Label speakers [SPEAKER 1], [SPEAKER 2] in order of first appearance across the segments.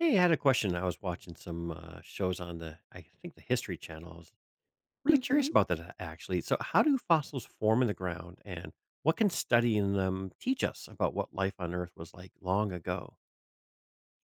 [SPEAKER 1] Hey, I had a question. I was watching some shows on, I think, the History Channel. I was really
[SPEAKER 2] hmm
[SPEAKER 1] curious about that, actually. So, how do fossils form in the ground, and what can studying them teach us about what life on Earth was like long ago?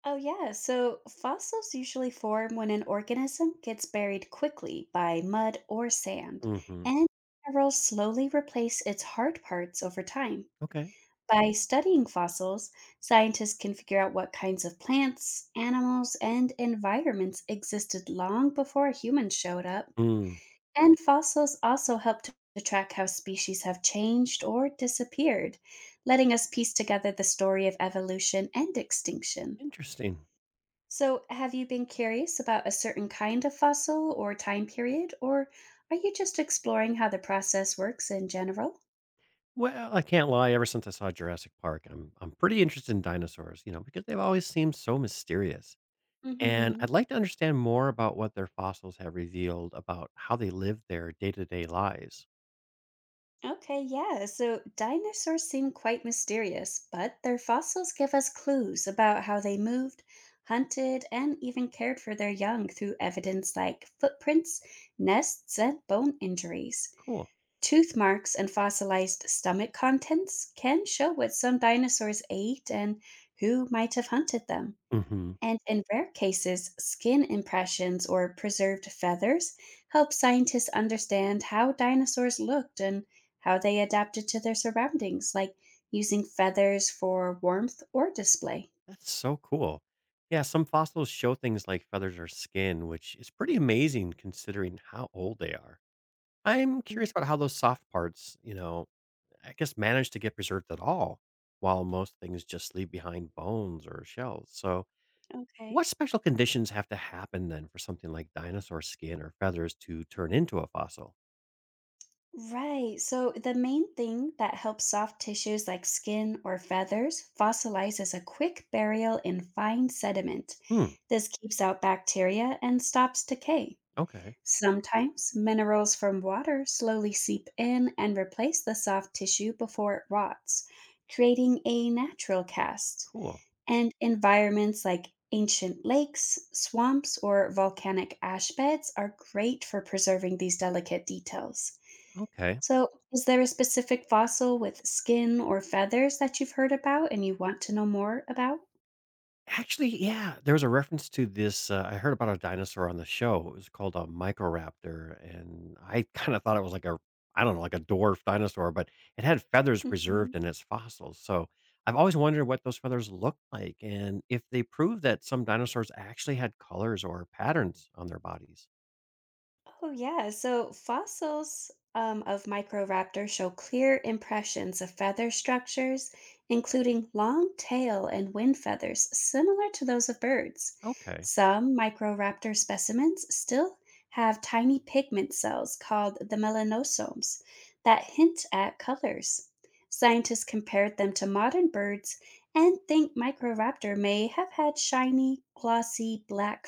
[SPEAKER 2] Oh, yeah. So fossils usually form when an organism gets buried quickly by mud or sand,
[SPEAKER 1] Hmm.
[SPEAKER 2] and minerals slowly replace its hard parts over time.
[SPEAKER 1] Okay.
[SPEAKER 2] By studying fossils, scientists can figure out what kinds of plants, animals, and environments existed long before humans showed up.
[SPEAKER 1] Mm.
[SPEAKER 2] And fossils also help to track how species have changed or disappeared, letting us piece together the story of evolution and extinction.
[SPEAKER 1] Interesting.
[SPEAKER 2] So, have you been curious about a certain kind of fossil or time period, or are you just exploring how the process works in general?
[SPEAKER 1] Well, I can't lie. Ever since I saw Jurassic Park, I'm pretty interested in dinosaurs. You know, because they've always seemed so mysterious. And
[SPEAKER 2] hmm
[SPEAKER 1] I'd like to understand more about what their fossils have revealed about how they lived their day to day lives.
[SPEAKER 2] Okay, yeah. So dinosaurs seem quite mysterious, but their fossils give us clues about how they moved, hunted, and even cared for their young through evidence like footprints, nests, and bone injuries.
[SPEAKER 1] Cool.
[SPEAKER 2] Tooth marks and fossilized stomach contents can show what some dinosaurs ate and who might have hunted them.
[SPEAKER 1] Hmm.
[SPEAKER 2] And in rare cases, skin impressions or preserved feathers help scientists understand how dinosaurs looked and how they adapted to their surroundings, like using feathers for warmth or display.
[SPEAKER 1] That's so cool. Yeah, some fossils show things like feathers or skin, which is pretty amazing considering how old they are. I'm curious
[SPEAKER 2] Mm,
[SPEAKER 1] about how those soft parts, I guess, manage to get preserved at all, while most things just leave behind bones or shells. So, what
[SPEAKER 2] okay.
[SPEAKER 1] special conditions have to happen then for something like dinosaur skin or feathers to turn into a fossil?
[SPEAKER 2] Right. So the main thing that helps soft tissues like skin or feathers fossilize is a quick burial in fine sediment.
[SPEAKER 1] Hmm.
[SPEAKER 2] This keeps out bacteria and stops decay.
[SPEAKER 1] Okay.
[SPEAKER 2] Sometimes minerals from water slowly seep in and replace the soft tissue before it rots, creating a natural cast.
[SPEAKER 1] Cool.
[SPEAKER 2] And environments like ancient lakes, swamps, or volcanic ash beds are great for preserving these delicate details.
[SPEAKER 1] Okay.
[SPEAKER 2] So, is there a specific fossil with skin or feathers that you've heard about and you want to know more about?
[SPEAKER 1] Actually, yeah, there was a reference to this, I heard about a dinosaur on the show. It was called a microraptor, and I kinda thought it was like a I don't know, like a dwarf dinosaur, but it had feathers
[SPEAKER 2] Mhm.
[SPEAKER 1] preserved in its fossils, so I've always wondered what those feathers looked like and if they prove that some dinosaurs actually had colors or patterns on their bodies.
[SPEAKER 2] Oh, yeah. So fossils of Microraptor show clear impressions of feather structures, including long tail and wing feathers similar to those of birds.
[SPEAKER 1] Okay,
[SPEAKER 2] Some Microraptor specimens still have tiny pigment cells called the melanosomes that hint at colors. Scientists compared them to modern birds and think Microraptor may have had shiny, glossy black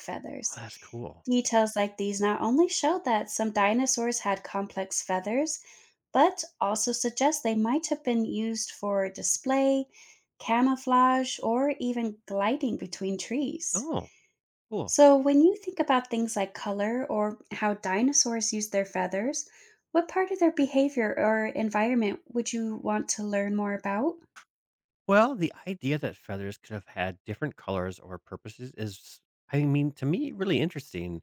[SPEAKER 1] oh,
[SPEAKER 2] feathers.
[SPEAKER 1] that's cool.
[SPEAKER 2] Details like these not only show that some dinosaurs had complex feathers, but also suggest they might have been used for display, camouflage, or even gliding between trees.
[SPEAKER 1] Oh, cool.
[SPEAKER 2] So, when you think about things like color or how dinosaurs use their feathers, what part of their behavior or environment would you want to learn more about?
[SPEAKER 1] Well, the idea that feathers could have had different colors or purposes is, I mean, to me, really interesting.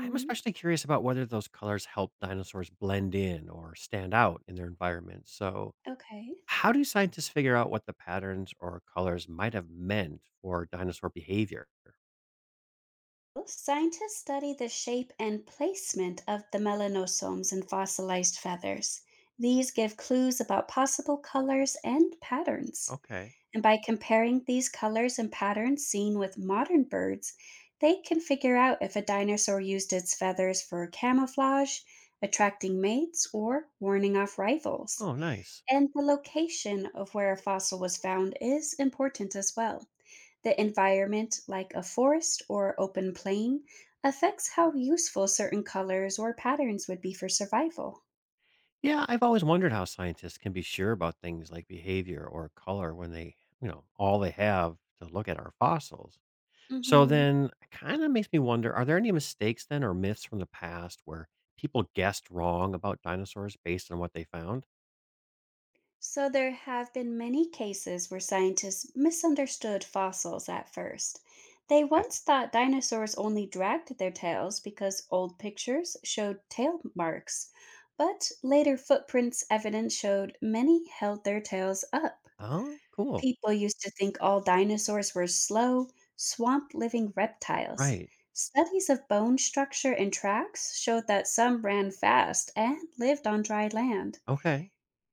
[SPEAKER 1] I'm especially curious about whether those colors help dinosaurs blend in or stand out in their environment. So,
[SPEAKER 2] Okay.
[SPEAKER 1] how do scientists figure out what the patterns or colors might have meant for dinosaur behavior?
[SPEAKER 2] Well, scientists study the shape and placement of the melanosomes in fossilized feathers. These give clues about possible colors and patterns.
[SPEAKER 1] Okay.
[SPEAKER 2] And by comparing these colors and patterns seen with modern birds, they can figure out if a dinosaur used its feathers for camouflage, attracting mates, or warning off rivals.
[SPEAKER 1] Oh, nice.
[SPEAKER 2] And the location of where a fossil was found is important as well. The environment, like a forest or open plain, affects how useful certain colors or patterns would be for survival.
[SPEAKER 1] Yeah, I've always wondered how scientists can be sure about things like behavior or color when they, all they have to look at are fossils. So
[SPEAKER 2] hmm
[SPEAKER 1] then it kind of makes me wonder, are there any mistakes then or myths from the past where people guessed wrong about dinosaurs based on what they found?
[SPEAKER 2] So, there have been many cases where scientists misunderstood fossils at first. They once thought dinosaurs only dragged their tails because old pictures showed tail marks, but later footprints evidence showed many held their tails up.
[SPEAKER 1] Oh, cool.
[SPEAKER 2] People used to think all dinosaurs were slow, swamp living reptiles.
[SPEAKER 1] Right.
[SPEAKER 2] Studies of bone structure and tracks showed that some ran fast and lived on dry land.
[SPEAKER 1] Okay.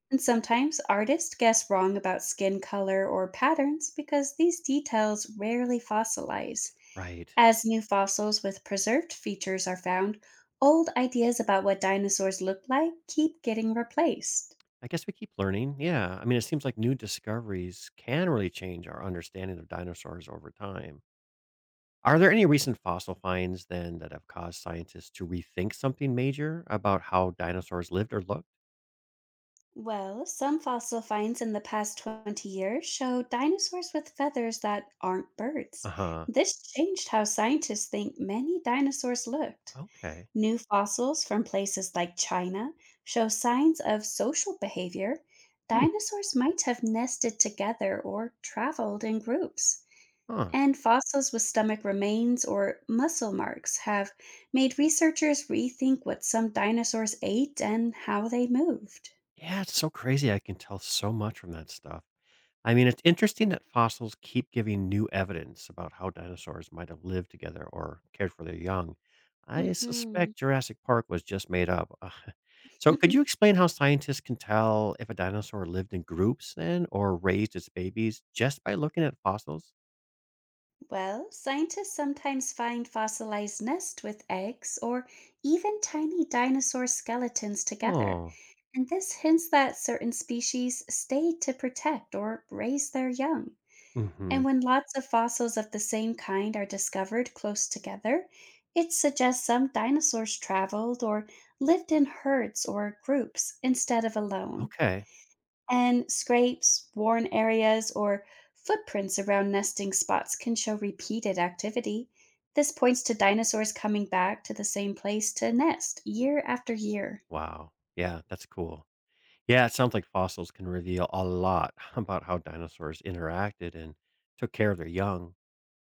[SPEAKER 2] And sometimes artists guess wrong about skin color or patterns because these details rarely fossilize.
[SPEAKER 1] Right.
[SPEAKER 2] As new fossils with preserved features are found, old ideas about what dinosaurs looked like keep getting replaced.
[SPEAKER 1] I guess we keep learning. Yeah. I mean, it seems like new discoveries can really change our understanding of dinosaurs over time. Are there any recent fossil finds then that have caused scientists to rethink something major about how dinosaurs lived or looked?
[SPEAKER 2] Well, some fossil finds in the past 20 years show dinosaurs with feathers that aren't
[SPEAKER 1] Uh
[SPEAKER 2] birds.
[SPEAKER 1] huh.
[SPEAKER 2] This changed how scientists think many dinosaurs looked.
[SPEAKER 1] Okay.
[SPEAKER 2] New fossils from places like China show signs of social behavior.
[SPEAKER 1] Oh.
[SPEAKER 2] Dinosaurs might have nested together or traveled in groups.
[SPEAKER 1] Huh.
[SPEAKER 2] And fossils with stomach remains or muscle marks have made researchers rethink what some dinosaurs ate and how they moved.
[SPEAKER 1] Yeah, it's so crazy. I can tell so much from that stuff. I mean, it's interesting that fossils keep giving new evidence about how dinosaurs might have lived together or cared for their young. I
[SPEAKER 2] hmm
[SPEAKER 1] suspect Jurassic Park was just made up. So, could you explain how scientists can tell if a dinosaur lived in groups then or raised its babies just by looking at fossils?
[SPEAKER 2] Well, scientists sometimes find fossilized nests with eggs or even tiny dinosaur skeletons together,
[SPEAKER 1] Oh,
[SPEAKER 2] and this hints that certain species stayed to protect or raise their young.
[SPEAKER 1] hmm,
[SPEAKER 2] And when lots of fossils of the same kind are discovered close together, it suggests some dinosaurs traveled or lived in herds or groups instead of alone.
[SPEAKER 1] okay.
[SPEAKER 2] And scrapes, worn areas, or footprints around nesting spots can show repeated activity. This points to dinosaurs coming back to the same place to nest year after year.
[SPEAKER 1] Wow. Yeah, that's cool. Yeah, it sounds like fossils can reveal a lot about how dinosaurs interacted and took care of their young.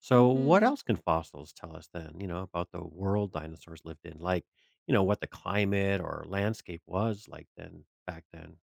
[SPEAKER 1] So, what
[SPEAKER 2] Mhm.
[SPEAKER 1] else can fossils tell us then, about the world dinosaurs lived in? Like, what the climate or landscape was like then, back then?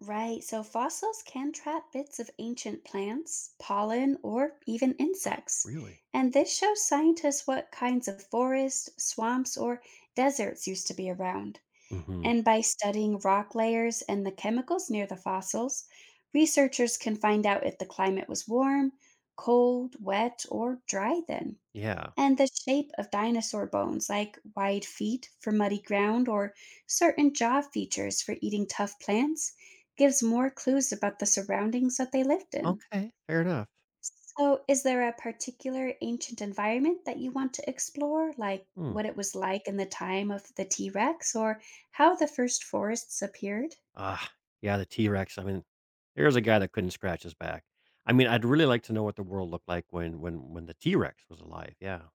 [SPEAKER 2] Right, so fossils can trap bits of ancient plants, pollen, or even
[SPEAKER 1] Ah,
[SPEAKER 2] insects.
[SPEAKER 1] really?
[SPEAKER 2] And this shows scientists what kinds of forests, swamps, or deserts used to be around.
[SPEAKER 1] Hmm.
[SPEAKER 2] And by studying rock layers and the chemicals near the fossils, researchers can find out if the climate was warm, cold, wet, or dry then.
[SPEAKER 1] Yeah.
[SPEAKER 2] And the shape of dinosaur bones, like wide feet for muddy ground or certain jaw features for eating tough plants, gives more clues about the surroundings that they lived in.
[SPEAKER 1] Okay. Fair enough.
[SPEAKER 2] So, is there a particular ancient environment that you want to explore, like
[SPEAKER 1] Hmm.
[SPEAKER 2] what it was like in the time of the T Rex or how the first forests appeared?
[SPEAKER 1] Ah, yeah, the T Rex. I mean, there's a guy that couldn't scratch his back. I mean, I'd really like to know what the world looked like when the T Rex was alive. Yeah.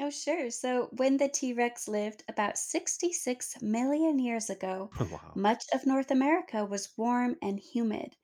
[SPEAKER 2] Oh, sure. So, when the T Rex lived about 66 million years ago,
[SPEAKER 1] Wow.
[SPEAKER 2] much of North America was warm and humid.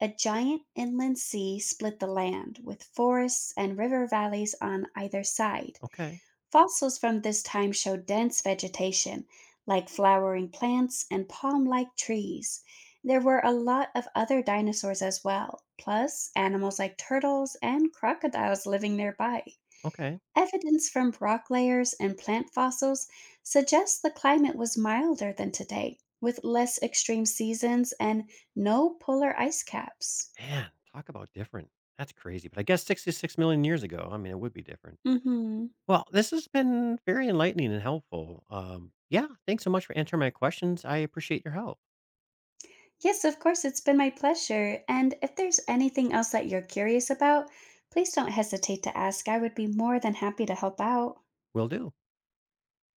[SPEAKER 2] A giant inland sea split the land, with forests and river valleys on either side.
[SPEAKER 1] Okay.
[SPEAKER 2] Fossils from this time show dense vegetation, like flowering plants and palm like trees. There were a lot of other dinosaurs as well, plus animals like turtles and crocodiles living nearby.
[SPEAKER 1] Okay.
[SPEAKER 2] Evidence from rock layers and plant fossils suggests the climate was milder than today, with less extreme seasons and no polar ice caps.
[SPEAKER 1] Man, talk about different. That's crazy. But I guess 66 million years ago, I mean, it would be different.
[SPEAKER 2] Mhm.
[SPEAKER 1] Well, this has been very enlightening and helpful. Yeah, thanks so much for answering my questions. I appreciate your help.
[SPEAKER 2] Yes, of course, it's been my pleasure. And if there's anything else that you're curious about, please don't hesitate to ask. I would be more than happy to help out.
[SPEAKER 1] Will do.